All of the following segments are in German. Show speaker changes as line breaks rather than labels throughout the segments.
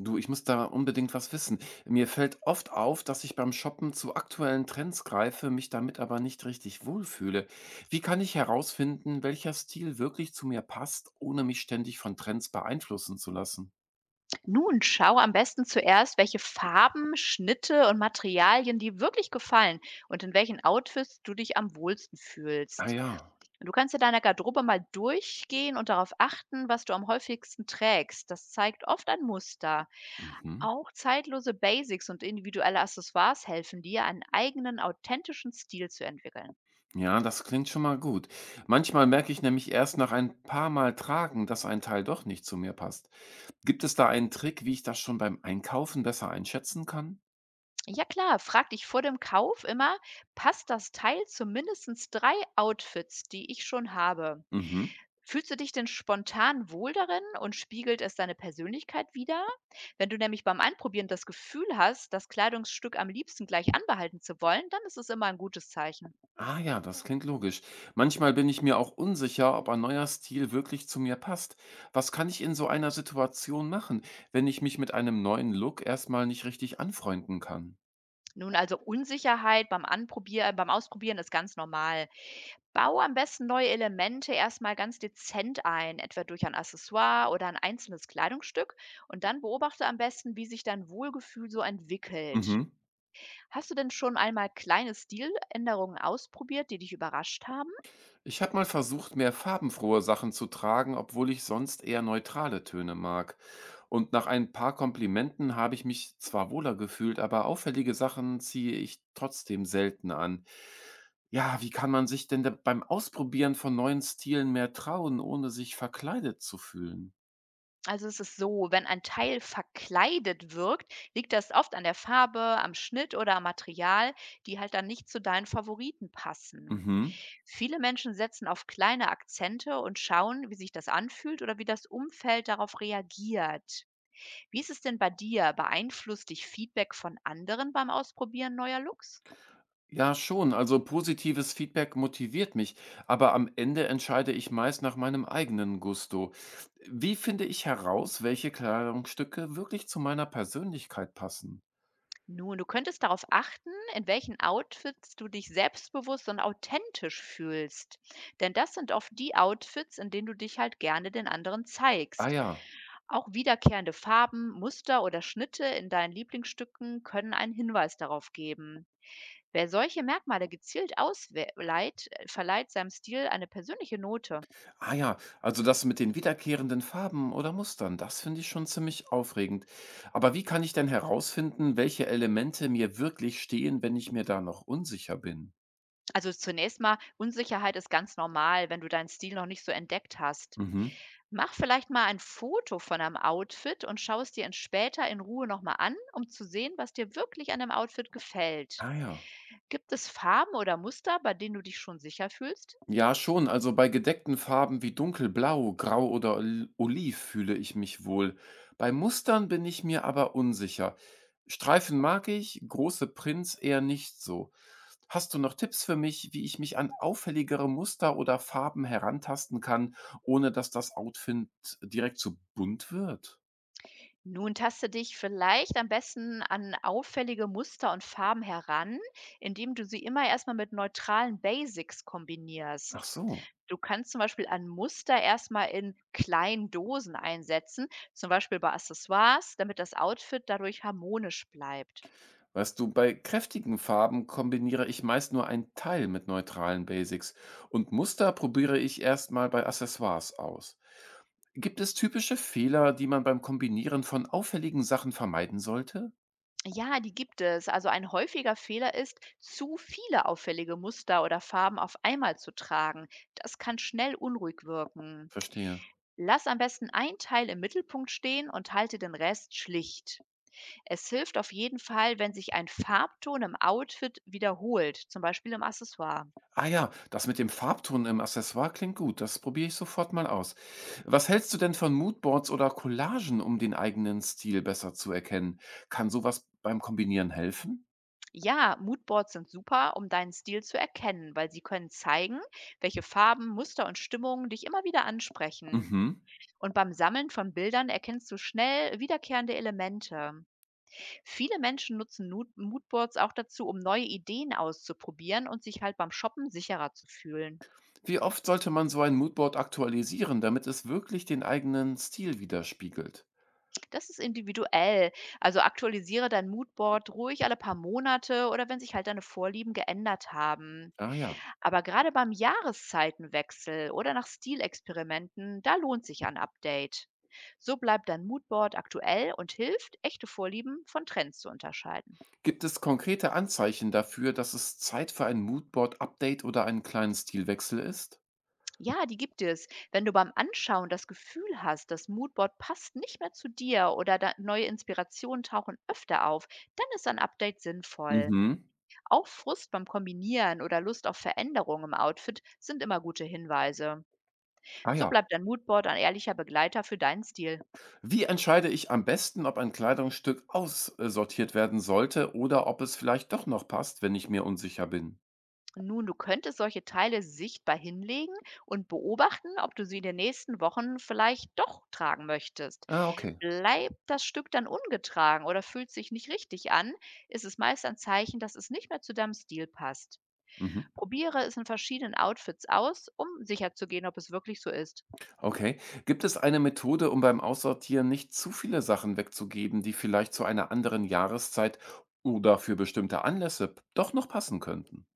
Du, ich muss da unbedingt was wissen. Mir fällt oft auf, dass ich beim Shoppen zu aktuellen Trends greife, mich damit aber nicht richtig wohlfühle. Wie kann ich herausfinden, welcher Stil wirklich zu mir passt, ohne mich ständig von Trends beeinflussen zu lassen?
Nun schau am besten zuerst, welche Farben, Schnitte und Materialien dir wirklich gefallen und in welchen Outfits du dich am wohlsten
Ah
fühlst.
ja.
Du kannst in deiner Garderobe mal durchgehen und darauf achten, was du am häufigsten trägst. Das zeigt oft ein Muster.
Mhm.
Auch zeitlose Basics und individuelle Accessoires helfen dir, einen eigenen, authentischen Stil zu entwickeln.
Ja, das klingt schon mal gut. Manchmal merke ich nämlich erst nach ein paar Mal tragen, dass ein Teil doch nicht zu mir passt. Gibt es da einen Trick, wie ich das schon beim Einkaufen besser einschätzen kann?
Ja klar, frag dich vor dem Kauf immer, passt das Teil zu mindestens 3 Outfits, die ich schon habe?
Mhm.
Fühlst du dich denn spontan wohl darin und spiegelt es deine Persönlichkeit wider? Wenn du nämlich beim Anprobieren das Gefühl hast, das Kleidungsstück am liebsten gleich anbehalten zu wollen, dann ist es immer ein gutes Zeichen.
Ah ja, das klingt logisch. Manchmal bin ich mir auch unsicher, ob ein neuer Stil wirklich zu mir passt. Was kann ich in so einer Situation machen, wenn ich mich mit einem neuen Look erstmal nicht richtig anfreunden kann?
Nun also Unsicherheit beim Anprobieren, beim Ausprobieren ist ganz normal. Bau am besten neue Elemente erstmal ganz dezent ein, etwa durch ein Accessoire oder ein einzelnes Kleidungsstück. Und dann beobachte am besten, wie sich dein Wohlgefühl so entwickelt.
Mhm.
Hast du denn schon einmal kleine Stiländerungen ausprobiert, die dich überrascht haben?
Ich habe mal versucht, mehr farbenfrohe Sachen zu tragen, obwohl ich sonst eher neutrale Töne mag. Und nach ein paar Komplimenten habe ich mich zwar wohler gefühlt, aber auffällige Sachen ziehe ich trotzdem selten an. Ja, wie kann man sich denn da beim Ausprobieren von neuen Stilen mehr trauen, ohne sich verkleidet zu fühlen?
Also es ist so, wenn ein Teil verkleidet wirkt, liegt das oft an der Farbe, am Schnitt oder am Material, die halt dann nicht zu deinen Favoriten passen.
Mhm.
Viele Menschen setzen auf kleine Akzente und schauen, wie sich das anfühlt oder wie das Umfeld darauf reagiert. Wie ist es denn bei dir? Beeinflusst dich Feedback von anderen beim Ausprobieren neuer Looks?
Ja, schon. Also positives Feedback motiviert mich, aber am Ende entscheide ich meist nach meinem eigenen Gusto. Wie finde ich heraus, welche Kleidungsstücke wirklich zu meiner Persönlichkeit passen?
Nun, du könntest darauf achten, in welchen Outfits du dich selbstbewusst und authentisch fühlst. Denn das sind oft die Outfits, in denen du dich halt gerne den anderen
Ah
zeigst.
ja,
Auch wiederkehrende Farben, Muster oder Schnitte in deinen Lieblingsstücken können einen Hinweis darauf geben. Wer solche Merkmale gezielt ausleiht, verleiht seinem Stil eine persönliche Note.
ah ja, also das mit den wiederkehrenden Farben oder Mustern, das finde ich schon ziemlich aufregend. Aber wie kann ich denn herausfinden, welche Elemente mir wirklich stehen, wenn ich mir da noch unsicher bin?
Also zunächst mal, Unsicherheit ist ganz normal, wenn du deinen Stil noch nicht so entdeckt hast.
Mhm.
Mach vielleicht mal ein Foto von einem Outfit und schau es dir in später in Ruhe noch mal an, um zu sehen, was dir wirklich an dem Outfit gefällt.
Ah ja.
Gibt es Farben oder Muster, bei denen du dich schon sicher fühlst?
Ja, schon. Also bei gedeckten Farben wie dunkelblau, grau oder oliv fühle ich mich wohl. Bei Mustern bin ich mir aber unsicher. Streifen mag ich, große Prints eher nicht so. Hast du noch Tipps für mich, wie ich mich an auffälligere Muster oder Farben herantasten kann, ohne dass das Outfit direkt zu bunt wird?
Nun taste dich vielleicht am besten an auffällige Muster und Farben heran, indem du sie immer erstmal mit neutralen Basics
Ach
kombinierst.
so.
Du kannst zum Beispiel ein Muster erstmal in kleinen Dosen einsetzen, zum Beispiel bei Accessoires, damit das Outfit dadurch harmonisch bleibt.
Weißt du, bei kräftigen Farben kombiniere ich meist nur einen Teil mit neutralen Basics und Muster probiere ich erstmal bei Accessoires aus. Gibt es typische Fehler, die man beim Kombinieren von auffälligen Sachen vermeiden sollte?
Ja, die gibt es. Also ein häufiger Fehler ist, zu viele auffällige Muster oder Farben auf einmal zu tragen. Das kann schnell unruhig wirken.
Verstehe.
Lass am besten ein Teil im Mittelpunkt stehen und halte den Rest schlicht. Es hilft auf jeden Fall, wenn sich ein Farbton im Outfit wiederholt, zum Beispiel im Accessoire.
Ah ja, das mit dem Farbton im Accessoire klingt gut. Das probiere ich sofort mal aus. Was hältst du denn von Moodboards oder Collagen, um den eigenen Stil besser zu erkennen? Kann sowas beim Kombinieren helfen?
Ja, Moodboards sind super, um deinen Stil zu erkennen, weil sie können zeigen, welche Farben, Muster und Stimmungen dich immer wieder ansprechen.
Mhm.
Und beim Sammeln von Bildern erkennst du schnell wiederkehrende Elemente. Viele Menschen nutzen Moodboards auch dazu, um neue Ideen auszuprobieren und sich halt beim Shoppen sicherer zu fühlen.
Wie oft sollte man so ein Moodboard aktualisieren, damit es wirklich den eigenen Stil widerspiegelt?
Das ist individuell. Also aktualisiere dein Moodboard ruhig alle paar Monate oder wenn sich halt deine Vorlieben geändert haben.
Ah ja.
Aber gerade beim Jahreszeitenwechsel oder nach Stilexperimenten, da lohnt sich ein Update. So bleibt dein Moodboard aktuell und hilft, echte Vorlieben von Trends zu unterscheiden.
Gibt es konkrete Anzeichen dafür, dass es Zeit für ein Moodboard-Update oder einen kleinen Stilwechsel ist?
Ja, die gibt es. Wenn du beim Anschauen das Gefühl hast, das Moodboard passt nicht mehr zu dir oder da neue Inspirationen tauchen öfter auf, dann ist ein Update sinnvoll.
Mhm.
Auch Frust beim Kombinieren oder Lust auf Veränderung im Outfit sind immer gute Hinweise.
Ah
So
ja.
bleibt dein Moodboard ein ehrlicher Begleiter für deinen Stil.
Wie entscheide ich am besten, ob ein Kleidungsstück aussortiert werden sollte oder ob es vielleicht doch noch passt, wenn ich mir unsicher bin?
Nun, du könntest solche Teile sichtbar hinlegen und beobachten, ob du sie in den nächsten Wochen vielleicht doch tragen möchtest.
Ah, okay.
Bleibt das Stück dann ungetragen oder fühlt sich nicht richtig an, ist es meist ein Zeichen, dass es nicht mehr zu deinem Stil passt.
Mhm.
Probiere es in verschiedenen Outfits aus, um sicherzugehen, ob es wirklich so ist.
Okay. Gibt es eine Methode, um beim Aussortieren nicht zu viele Sachen wegzugeben, die vielleicht zu einer anderen Jahreszeit oder für bestimmte Anlässe doch noch passen könnten?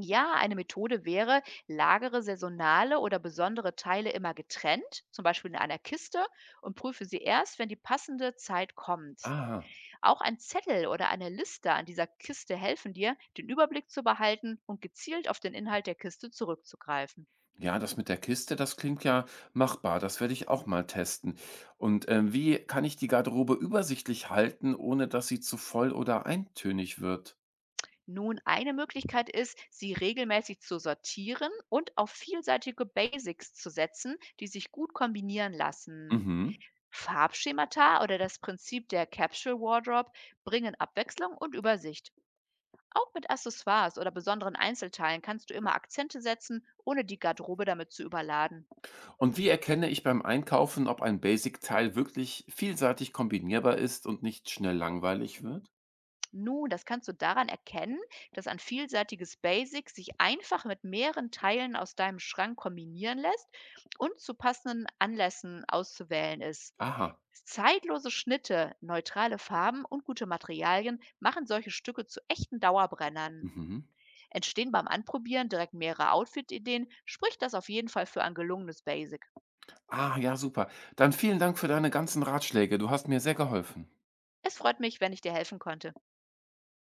Ja, eine Methode wäre, lagere saisonale oder besondere Teile immer getrennt, zum Beispiel in einer Kiste, und prüfe sie erst, wenn die passende Zeit kommt.
Ah,
Auch ein Zettel oder eine Liste an dieser Kiste helfen dir, den Überblick zu behalten und gezielt auf den Inhalt der Kiste zurückzugreifen.
ja, das mit der Kiste, das klingt ja machbar. Das werde ich auch mal testen. Und wie kann ich die Garderobe übersichtlich halten, ohne dass sie zu voll oder eintönig wird?
Nun, eine Möglichkeit ist, sie regelmäßig zu sortieren und auf vielseitige Basics zu setzen, die sich gut kombinieren lassen.
Mhm.
Farbschemata oder das Prinzip der Capsule Wardrobe bringen Abwechslung und Übersicht. Auch mit Accessoires oder besonderen Einzelteilen kannst du immer Akzente setzen, ohne die Garderobe damit zu überladen.
Und wie erkenne ich beim Einkaufen, ob ein Basic-Teil wirklich vielseitig kombinierbar ist und nicht schnell langweilig wird?
Nun, das kannst du daran erkennen, dass ein vielseitiges Basic sich einfach mit mehreren Teilen aus deinem Schrank kombinieren lässt und zu passenden Anlässen auszuwählen ist.
Aha.
Zeitlose Schnitte, neutrale Farben und gute Materialien machen solche Stücke zu echten Dauerbrennern.
Mhm.
Entstehen beim Anprobieren direkt mehrere Outfit-Ideen, spricht das auf jeden Fall für ein gelungenes Basic.
Ah ja, super. Dann vielen Dank für deine ganzen Ratschläge. Du hast mir sehr geholfen.
Es freut mich, wenn ich dir helfen konnte.